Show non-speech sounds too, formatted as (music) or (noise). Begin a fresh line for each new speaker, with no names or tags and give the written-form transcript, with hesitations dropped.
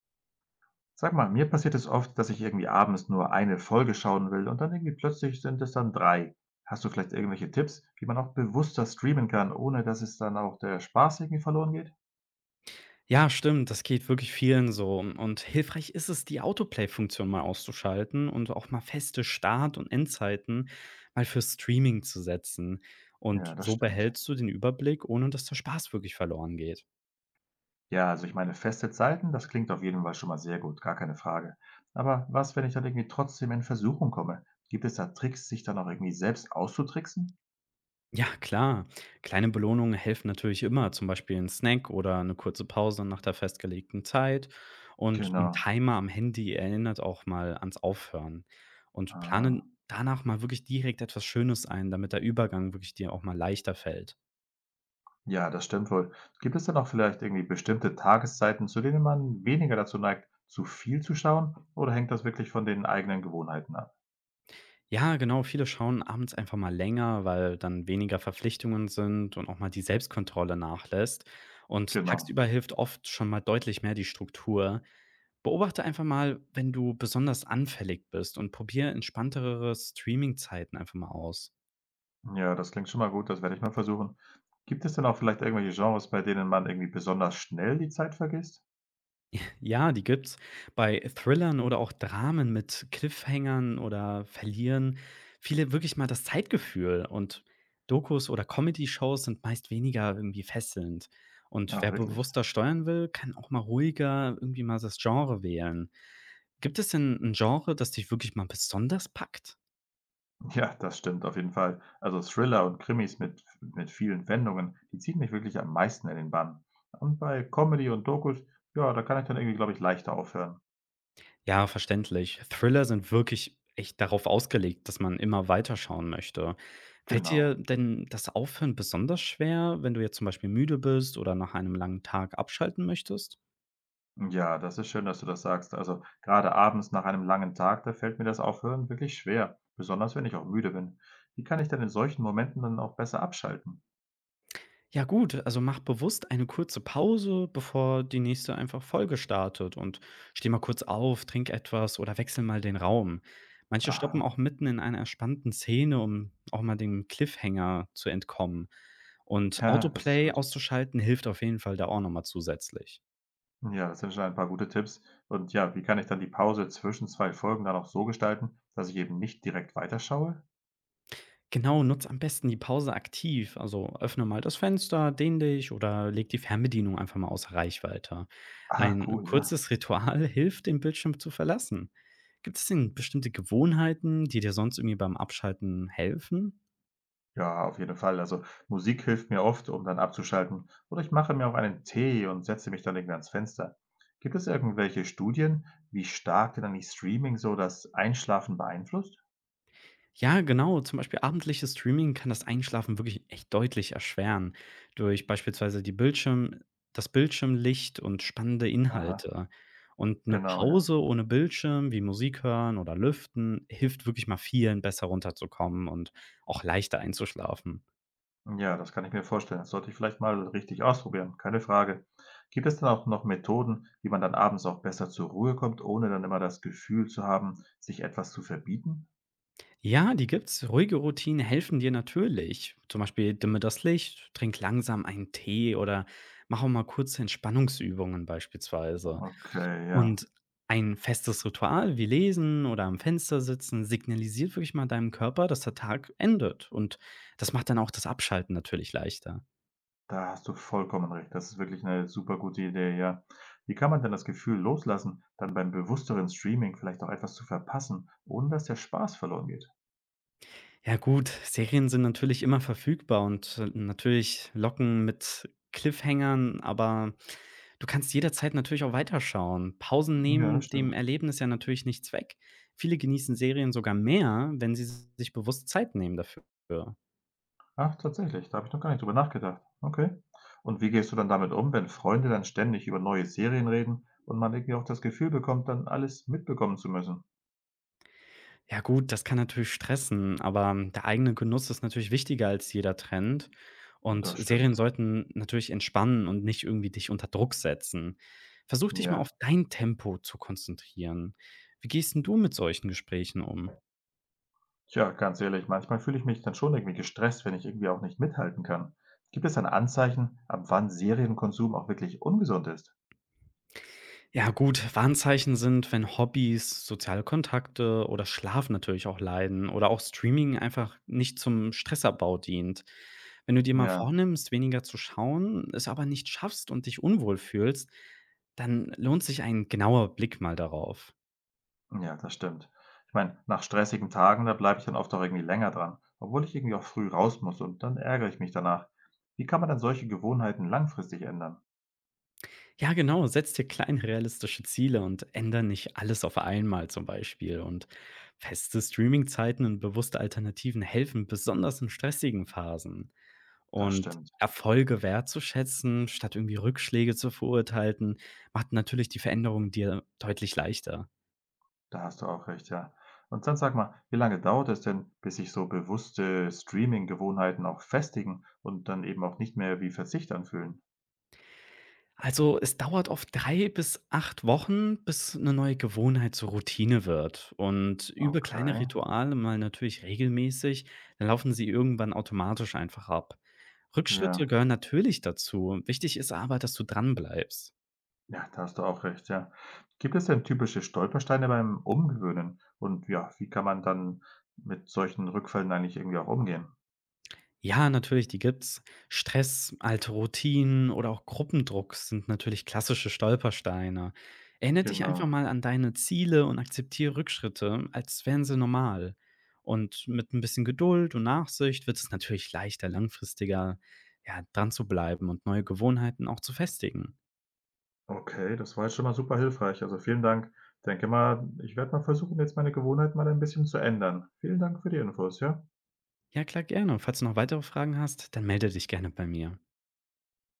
Sag mal, mir passiert es oft, dass ich irgendwie abends nur eine Folge schauen will und dann irgendwie plötzlich sind es dann 3. Hast du vielleicht irgendwelche Tipps, wie man auch bewusster streamen kann, ohne dass es dann auch der Spaß irgendwie verloren geht?
Ja, stimmt, das geht wirklich vielen so. Und hilfreich ist es, die Autoplay-Funktion mal auszuschalten und auch mal feste Start- und Endzeiten mal für Streaming zu setzen. Und
Ja, das
so
stimmt.
behältst du den Überblick, ohne dass der Spaß wirklich verloren geht.
Ja, also ich meine, feste Zeiten, das klingt auf jeden Fall schon mal sehr gut, gar keine Frage. Aber was, wenn ich dann irgendwie trotzdem in Versuchung komme? Gibt es da Tricks, sich dann auch irgendwie selbst auszutricksen?
Ja, klar. Kleine Belohnungen helfen natürlich immer, zum Beispiel ein Snack oder eine kurze Pause nach der festgelegten Zeit. Und ein
Genau.
Timer am Handy erinnert auch mal ans Aufhören. Und
Ah.
planen danach mal wirklich direkt etwas Schönes ein, damit der Übergang wirklich dir auch mal leichter fällt.
Ja, das stimmt wohl. Gibt es denn auch vielleicht irgendwie bestimmte Tageszeiten, zu denen man weniger dazu neigt, zu viel zu schauen? Oder hängt das wirklich von den eigenen Gewohnheiten ab?
Ja, genau, viele schauen abends einfach mal länger, weil dann weniger Verpflichtungen sind und auch mal die Selbstkontrolle nachlässt. Und
Genau.
tagsüber hilft oft schon mal deutlich mehr die Struktur. Beobachte einfach mal, wenn du besonders anfällig bist, und probiere entspanntere Streaming-Zeiten einfach mal aus.
Ja, das klingt schon mal gut, das werde ich mal versuchen. Gibt es denn auch vielleicht irgendwelche Genres, bei denen man irgendwie besonders schnell die Zeit vergisst?
Ja, die gibt's. Bei Thrillern oder auch Dramen mit Cliffhangern oder Verlieren viele wirklich mal das Zeitgefühl, und Dokus oder Comedy-Shows sind meist weniger irgendwie fesselnd. Und
Ach,
wer
wirklich?
bewusster
(laughs)
steuern will, kann auch mal ruhiger irgendwie mal das Genre wählen. Gibt es denn ein Genre, das dich wirklich mal besonders packt?
Ja, das stimmt auf jeden Fall. Also Thriller und Krimis mit vielen Wendungen, die ziehen mich wirklich am meisten in den Bann. Und bei Comedy und Dokus, ja, da kann ich dann irgendwie, glaube ich, leichter aufhören.
Ja, verständlich. Thriller sind wirklich echt darauf ausgelegt, dass man immer weiterschauen möchte. Fällt dir
Genau.
denn das Aufhören besonders schwer, wenn du jetzt zum Beispiel müde bist oder nach einem langen Tag abschalten möchtest?
Ja, das ist schön, dass du das sagst. Also gerade abends nach einem langen Tag, da fällt mir das Aufhören wirklich schwer, besonders wenn ich auch müde bin. Wie kann ich denn in solchen Momenten dann auch besser abschalten?
Ja gut, also mach bewusst eine kurze Pause, bevor die nächste einfach Folge startet, und steh mal kurz auf, trink etwas oder wechsel mal den Raum. Manche stoppen
Aha,
auch mitten in einer spannenden Szene, um auch mal dem Cliffhanger zu entkommen.
(laughs)
Und
ja, das ist
Autoplay
gut.
auszuschalten hilft auf jeden Fall da auch nochmal zusätzlich.
Ja, das sind schon ein paar gute Tipps. Und ja, wie kann ich dann die Pause zwischen zwei Folgen dann auch so gestalten, dass ich eben nicht direkt weiterschaue?
Genau, nutz am besten die Pause aktiv. Also öffne mal das Fenster, dehn dich oder leg die Fernbedienung einfach mal außer Reichweite.
Ah,
Ein
cool, ja.
kurzes Ritual (laughs) hilft, den Bildschirm zu verlassen. Gibt es denn bestimmte Gewohnheiten, die dir sonst irgendwie beim Abschalten helfen?
Ja, auf jeden Fall. Also Musik hilft mir oft, um dann abzuschalten. Oder ich mache mir auch einen Tee und setze mich dann irgendwie ans Fenster. Gibt es irgendwelche Studien, wie stark denn eigentlich Streaming so das Einschlafen beeinflusst?
Ja, genau. Zum Beispiel abendliches Streaming kann das Einschlafen wirklich echt deutlich erschweren. Durch beispielsweise die Bildschirm das Bildschirmlicht und spannende
Aha,
Inhalte. Und eine
genau, ja.
Pause ohne Bildschirm, wie Musik hören oder Lüften, hilft wirklich mal vielen, besser runterzukommen und auch leichter einzuschlafen.
Ja, das kann ich mir vorstellen. Das sollte ich vielleicht mal richtig ausprobieren, keine Frage. Gibt es dann auch noch Methoden, wie man dann abends auch besser zur Ruhe kommt, ohne dann immer das Gefühl zu haben, sich etwas zu verbieten?
Ja, die gibt's. Ruhige Routinen helfen dir natürlich. Zum Beispiel dimme das Licht, trink langsam einen Tee oder mach auch mal kurze Entspannungsübungen beispielsweise.
Okay, ja.
Und ein festes Ritual wie Lesen oder am Fenster sitzen signalisiert wirklich mal deinem Körper, dass der Tag endet. Und das macht dann auch das Abschalten natürlich leichter.
Da hast du vollkommen recht. Das ist wirklich eine super gute Idee, ja. Wie kann man denn das Gefühl loslassen, dann beim bewussteren Streaming vielleicht auch etwas zu verpassen, ohne dass der Spaß verloren geht?
Ja gut, Serien sind natürlich immer verfügbar und natürlich locken mit Cliffhangern, aber du kannst jederzeit natürlich auch weiterschauen. Pausen
Ja,
nehmen
das
dem
stimmt.
Erlebnis ja natürlich nichts weg. Viele genießen Serien sogar mehr, wenn sie sich bewusst Zeit nehmen dafür.
Ach, tatsächlich, da habe ich noch gar nicht drüber nachgedacht. Okay. Und wie gehst du dann damit um, wenn Freunde dann ständig über neue Serien reden und man irgendwie auch das Gefühl bekommt, dann alles mitbekommen zu müssen?
Ja gut, das kann natürlich stressen, aber der eigene Genuss ist natürlich wichtiger als jeder Trend. Und
Das
Serien
stimmt.
sollten natürlich entspannen und nicht irgendwie dich unter Druck setzen. Versuch dich mal
Ja.
auf dein Tempo zu konzentrieren. Wie gehst denn du mit solchen Gesprächen um?
Tja, ganz ehrlich, manchmal fühle ich mich dann schon irgendwie gestresst, wenn ich irgendwie auch nicht mithalten kann. Gibt es dann Anzeichen, ab wann Serienkonsum auch wirklich ungesund ist?
Ja gut, Warnzeichen sind, wenn Hobbys, soziale Kontakte oder Schlaf natürlich auch leiden oder auch Streaming einfach nicht zum Stressabbau dient. Wenn du dir mal
Ja,
vornimmst, weniger zu schauen, es aber nicht schaffst und dich unwohl fühlst, dann lohnt sich ein genauer Blick mal darauf.
ja, das stimmt. Ich meine, nach stressigen Tagen, da bleibe ich dann oft auch irgendwie länger dran, obwohl ich irgendwie auch früh raus muss und dann ärgere ich mich danach. Wie kann man dann solche Gewohnheiten langfristig ändern?
Ja, genau, setz dir kleine realistische Ziele und änder nicht alles auf einmal zum Beispiel. Und feste Streamingzeiten und bewusste Alternativen helfen, besonders in stressigen Phasen.
Das
Und
stimmt,
Erfolge wertzuschätzen, statt irgendwie Rückschläge zu verurteilen, macht natürlich die Veränderung dir deutlich leichter.
da hast du auch recht, ja. Und dann sag mal, wie lange dauert es denn, bis sich so bewusste Streaming-Gewohnheiten auch festigen und dann eben auch nicht mehr wie Verzicht anfühlen?
Also, es dauert oft 3 bis 8 Wochen, bis eine neue Gewohnheit zur Routine wird. Und über kleine
Okay.
Rituale mal natürlich regelmäßig, dann laufen sie irgendwann automatisch einfach ab. Rückschritte
Ja,
gehören natürlich dazu. Wichtig ist aber, dass du dranbleibst.
ja, da hast du auch recht, ja. Gibt es denn typische Stolpersteine beim Umgewöhnen? Und ja, wie kann man dann mit solchen Rückfällen eigentlich irgendwie auch umgehen?
Ja, natürlich, die gibt's. Stress, alte Routinen oder auch Gruppendruck sind natürlich klassische Stolpersteine. Erinnere dich einfach
Genau.
mal an deine Ziele und akzeptiere Rückschritte, als wären sie normal. Und mit ein bisschen Geduld und Nachsicht wird es natürlich leichter, langfristiger, ja, dran zu bleiben und neue Gewohnheiten auch zu festigen.
Okay, das war jetzt schon mal super hilfreich. Also vielen Dank. Denke mal, ich werde mal versuchen, jetzt meine Gewohnheit mal ein bisschen zu ändern. Vielen Dank für die Infos, ja?
Ja, klar, gerne. Falls du noch weitere Fragen hast, dann melde dich gerne bei mir.